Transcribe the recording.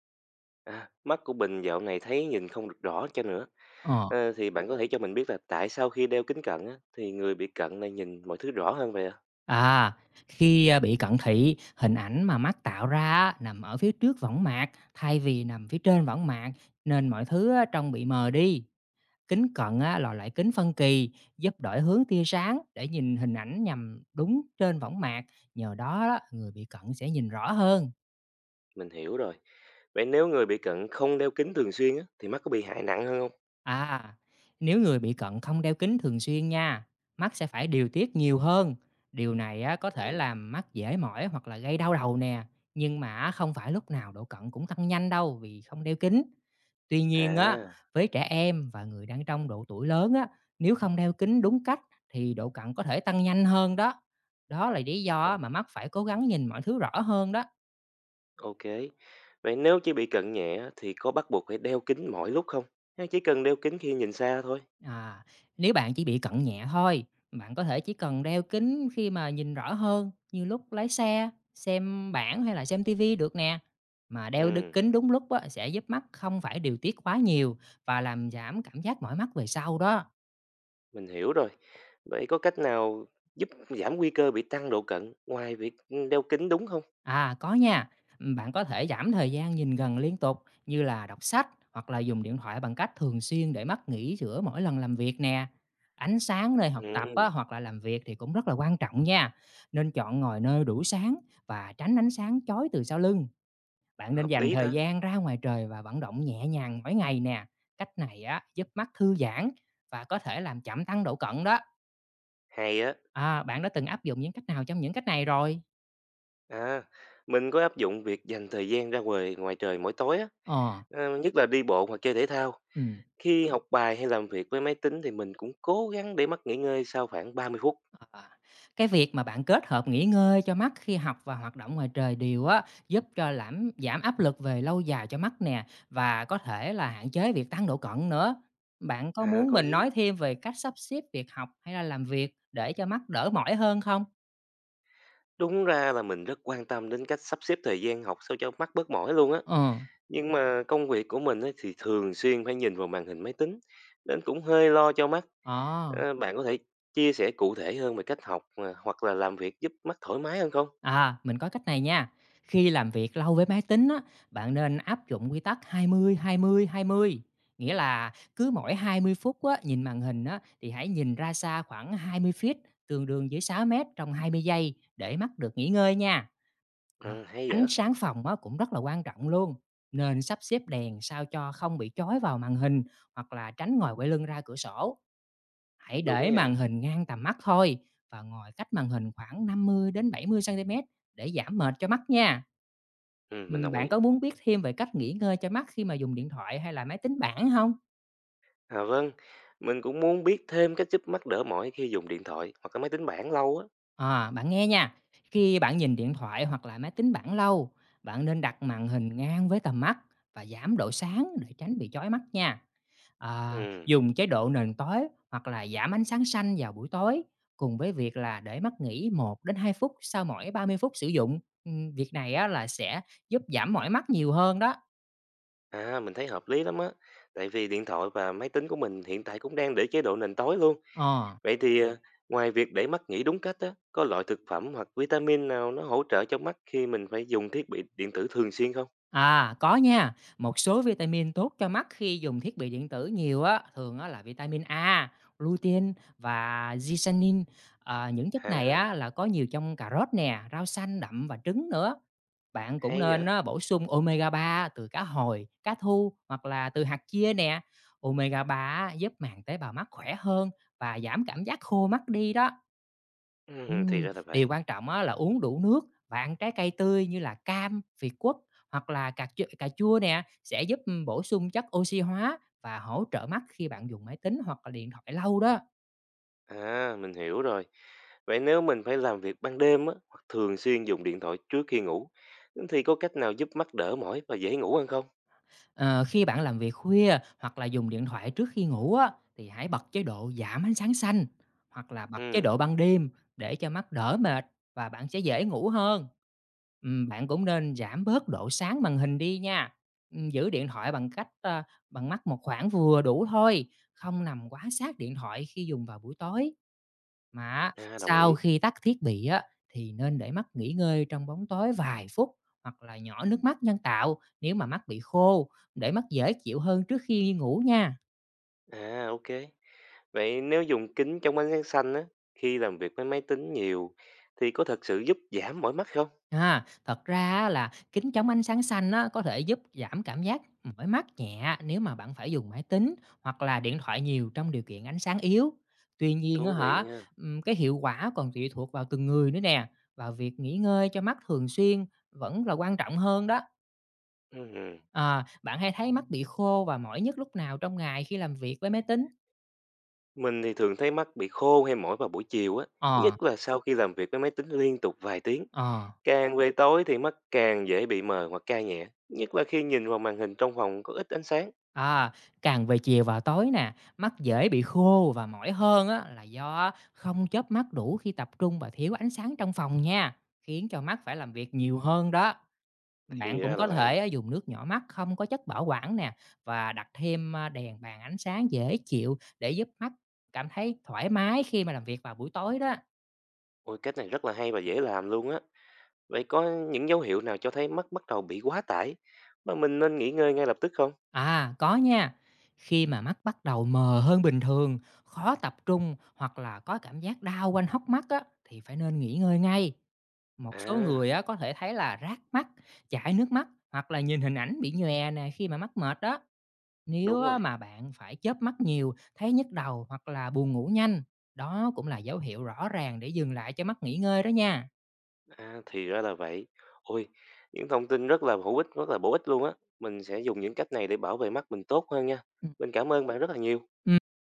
À, mắt của mình dạo này thấy nhìn không được rõ cho nữa. Ờ, Ờ, thì bạn có thể cho mình biết là tại sao khi đeo kính cận á, thì người bị cận lại nhìn mọi thứ rõ hơn vậy ạ? à, khi, bị cận thị, hình ảnh mà mắt tạo ra á nằm ở phía trước võng mạc thay vì nằm phía trên võng mạc, nên mọi thứ á trông bị mờ đi. Kính cận á là loại kính phân kỳ, giúp đổi hướng tia sáng để nhìn hình ảnh nhằm đúng trên võng mạc, nhờ đó đó, người bị cận sẽ nhìn rõ hơn. Mình hiểu rồi. Vậy nếu người bị cận không đeo kính thường xuyên á, thì mắt có bị hại nặng hơn không? À, nếu người bị cận không đeo kính thường xuyên nha, mắt sẽ phải điều tiết nhiều hơn. Điều này á, có thể Ừ. làm mắt dễ mỏi hoặc là gây đau đầu nè. Nhưng mà á, không phải lúc nào độ cận cũng tăng nhanh đâu vì không đeo kính. Tuy nhiên á, À, với trẻ em và người đang trong độ tuổi lớn á, nếu không đeo kính đúng cách thì độ cận có thể tăng nhanh hơn đó. Đó là lý do á, o- mà mắt phải cố gắng nhìn mọi thứ rõ hơn đó. ok. Vậy nếu chỉ bị cận nhẹ á, thì có bắt buộc phải đeo kính mỗi lúc không? Hay chỉ cần đeo kính khi nhìn xa thôi? À, nếu bạn chỉ bị cận nhẹ thôi, bạn có thể chỉ cần đeo kính khi mà nhìn rõ hơn như lúc lái xe, xem bảng hay là xem tivi được nè. Mà Ừ, kính đúng lúc á, sẽ giúp mắt không phải điều tiết quá nhiều và làm giảm cảm giác mỏi mắt về sau đó. mình hiểu rồi. Vậy có cách nào giúp giảm nguy cơ bị tăng độ cận ngoài việc đeo kính đúng không? À, có nha. Bạn có thể giảm thời gian nhìn gần liên tục như là đọc sách hoặc là dùng điện thoại bằng cách thường xuyên để mắt nghỉ giữa mỗi lần làm việc nè. Ánh sáng nơi học tập á, Ừ, hoặc là làm việc thì cũng rất là quan trọng nha. Nên chọn ngồi nơi đủ sáng và tránh ánh sáng chói từ sau lưng. Bạn nên hợp dành lý thời ta. gian ra ngoài trời và vận động nhẹ nhàng mỗi ngày nè. Cách này á, giúp mắt thư giãn và có thể làm chậm tăng độ cận đó. Hay á, À, bạn đã từng áp dụng những cách nào trong những cách này rồi? à, mình có áp dụng việc dành thời gian ra ngoài ngoài trời mỗi tối á, Ờ, ờ, nhất là đi bộ hoặc chơi thể thao. ừ. Khi học bài hay làm việc với máy tính thì mình cũng cố gắng để mắt nghỉ ngơi sau khoảng 30 phút. À, cái việc mà bạn kết hợp nghỉ ngơi cho mắt khi học và hoạt động ngoài trời đều á, giúp cho lãm giảm áp lực về lâu dài cho mắt nè, và có thể là hạn chế việc tăng độ cận nữa. Bạn có À, muốn có mình nói lý. thêm về cách sắp xếp việc học hay là làm việc để cho mắt đỡ mỏi hơn không? Đúng ra là mình rất quan tâm đến cách sắp xếp thời gian học sao cho mắt bớt mỏi luôn á. Ừ, Nhưng mà công việc của mình ấy thì thường xuyên phải nhìn vào màn hình máy tính, nên cũng hơi lo cho mắt. ờ. Ờ, bạn có thể chia sẻ cụ thể hơn về cách học à, hoặc là làm việc giúp mắt thoải mái hơn không? À, mình có cách này nha. Khi làm việc lâu với máy tính á, bạn nên áp dụng quy tắc 20-20-20. Nghĩa là cứ mỗi 20 phút á, nhìn màn hình á, thì hãy nhìn ra xa khoảng 20 feet, tương đương với 6 mét trong 20 giây để mắt được nghỉ ngơi nha. À, Ừ, hay ánh vậy, sáng phòng á, cũng rất là quan trọng luôn. Nên sắp xếp đèn sao cho không bị chói vào màn hình hoặc là tránh ngồi quay lưng ra cửa sổ. Hãy đúng để màn nha. hình ngang tầm mắt thôi và ngồi cách màn hình khoảng 50 đến 70 centimet để giảm mệt cho mắt nha. Ừ, mình đồng Bạn ý. có muốn biết thêm về cách nghỉ ngơi cho mắt khi mà dùng điện thoại hay là máy tính bảng không? À vâng, mình cũng muốn biết thêm cách giúp mắt đỡ mỏi khi dùng điện thoại hoặc là máy tính bảng lâu á. À, bạn nghe nha, khi bạn nhìn điện thoại hoặc là máy tính bảng lâu, bạn nên đặt màn hình ngang với tầm mắt và giảm độ sáng để tránh bị chói mắt nha. À, Ừm. dùng chế độ nền tối hoặc là giảm ánh sáng xanh vào buổi tối, cùng với việc là để mắt nghỉ 1 đến 2 phút sau mỗi 30 phút sử dụng. Việc này á là sẽ giúp giảm mỏi mắt nhiều hơn đó. À, mình thấy hợp lý lắm á. Tại vì điện thoại và máy tính của mình hiện tại cũng đang để chế độ nền tối luôn. Ờ. Vậy thì à, ngoài việc để mắt nghỉ đúng cách á, có loại thực phẩm hoặc vitamin nào nó hỗ trợ cho mắt khi mình phải dùng thiết bị điện tử thường xuyên không? À, có nha. Một số vitamin tốt cho mắt khi dùng thiết bị điện tử nhiều á, thường á là vitamin A, lutein và zeaxanthin. Ờ, những chất này À, á là có nhiều trong cà rốt nè, rau xanh đậm và trứng nữa. Bạn cũng hay nên vậy. á, bổ sung omega 3 từ cá hồi, cá thu hoặc là từ hạt chia nè. Omega 3 á, giúp màng tế bào mắt khỏe hơn và giảm cảm giác khô mắt đi đó. Thì ra là Điều vậy. quan trọng á, là uống đủ nước và ăn trái cây tươi như là cam, việt quất hoặc là cà chua nè, sẽ giúp, bổ sung chất oxy hóa và hỗ trợ mắt khi bạn dùng máy tính hoặc là điện thoại lâu đó. À, mình hiểu rồi. Vậy nếu mình phải làm việc ban đêm á, hoặc thường xuyên dùng điện thoại trước khi ngủ, thì có cách nào giúp mắt đỡ mỏi và dễ ngủ hơn không? Ờ, khi bạn làm việc khuya hoặc là dùng điện thoại trước khi ngủ á, thì hãy bật chế độ giảm ánh sáng xanh, hoặc là bật chế Ừ, độ ban đêm để cho mắt đỡ mệt và bạn sẽ dễ ngủ hơn. Bạn cũng nên giảm bớt độ sáng màn hình đi nha, giữ điện thoại bằng cách, bằng mắt một khoảng vừa đủ thôi, không nằm quá sát điện thoại khi dùng vào buổi tối. Mà à, đồng sau ý. khi tắt thiết bị á, thì nên để mắt nghỉ ngơi trong bóng tối vài phút hoặc là nhỏ nước mắt nhân tạo nếu mà mắt bị khô để mắt dễ chịu hơn trước khi ngủ nha. À, ok. Vậy nếu dùng kính chống ánh sáng xanh á, khi làm việc với máy tính nhiều, thì có thật sự giúp giảm mỏi mắt không? À, thật ra á là kính chống ánh sáng xanh á, có thể giúp giảm cảm giác mỏi mắt nhẹ nếu mà bạn phải dùng máy tính hoặc là điện thoại nhiều trong điều kiện ánh sáng yếu. Tuy nhiên á Thú vị hả, nha. Cái hiệu quả còn tùy thuộc vào từng người nữa nè và việc nghỉ ngơi cho mắt thường xuyên vẫn là quan trọng hơn đó. Ừm. Ờ, bạn hay thấy mắt bị khô và mỏi nhất lúc nào trong ngày khi làm việc với máy tính? Mình thì thường thấy mắt bị khô hay mỏi vào buổi chiều á, nhất Ờ, là sau khi làm việc với máy tính liên tục vài tiếng. ờ, Càng về tối thì mắt càng dễ bị mờ hoặc cay nhẹ, nhất là khi nhìn vào màn hình trong phòng có ít ánh sáng. à, càng về chiều và tối nè, mắt dễ bị khô và mỏi hơn á, là do không chớp mắt đủ khi tập trung và thiếu ánh sáng trong phòng nha, khiến cho mắt phải làm việc nhiều hơn đó. Bạn Thì cũng ra là có thể vậy. á, dùng nước nhỏ mắt không có chất bảo quản nè và đặt thêm à, đèn bàn ánh sáng dễ chịu để giúp mắt cảm thấy thoải mái khi mà làm việc vào buổi tối đó. Ôi cách này rất là hay và dễ làm luôn á. Vậy có những dấu hiệu nào cho thấy mắt bắt đầu bị quá tải mà mình nên nghỉ ngơi ngay lập tức không? À, có nha. Khi mà mắt bắt đầu mờ hơn bình thường, khó tập trung hoặc là có cảm giác đau quanh hốc mắt á, thì phải nên nghỉ ngơi ngay. Một số À, người á, có thể thấy là rát mắt, chảy nước mắt hoặc là nhìn hình ảnh bị nhòe nè khi mà mắt mệt đó. Nếu đúng á, rồi. mà bạn phải chớp mắt nhiều, thấy nhức đầu hoặc là buồn ngủ nhanh, đó cũng là dấu hiệu rõ ràng để dừng lại cho mắt nghỉ ngơi đó nha. À, thì ra là vậy. Ôi, những thông tin rất là hữu ích, rất là bổ ích luôn á. Mình sẽ dùng những cách này để bảo vệ mắt mình tốt hơn nha. Ừ. Mình cảm ơn bạn rất là nhiều.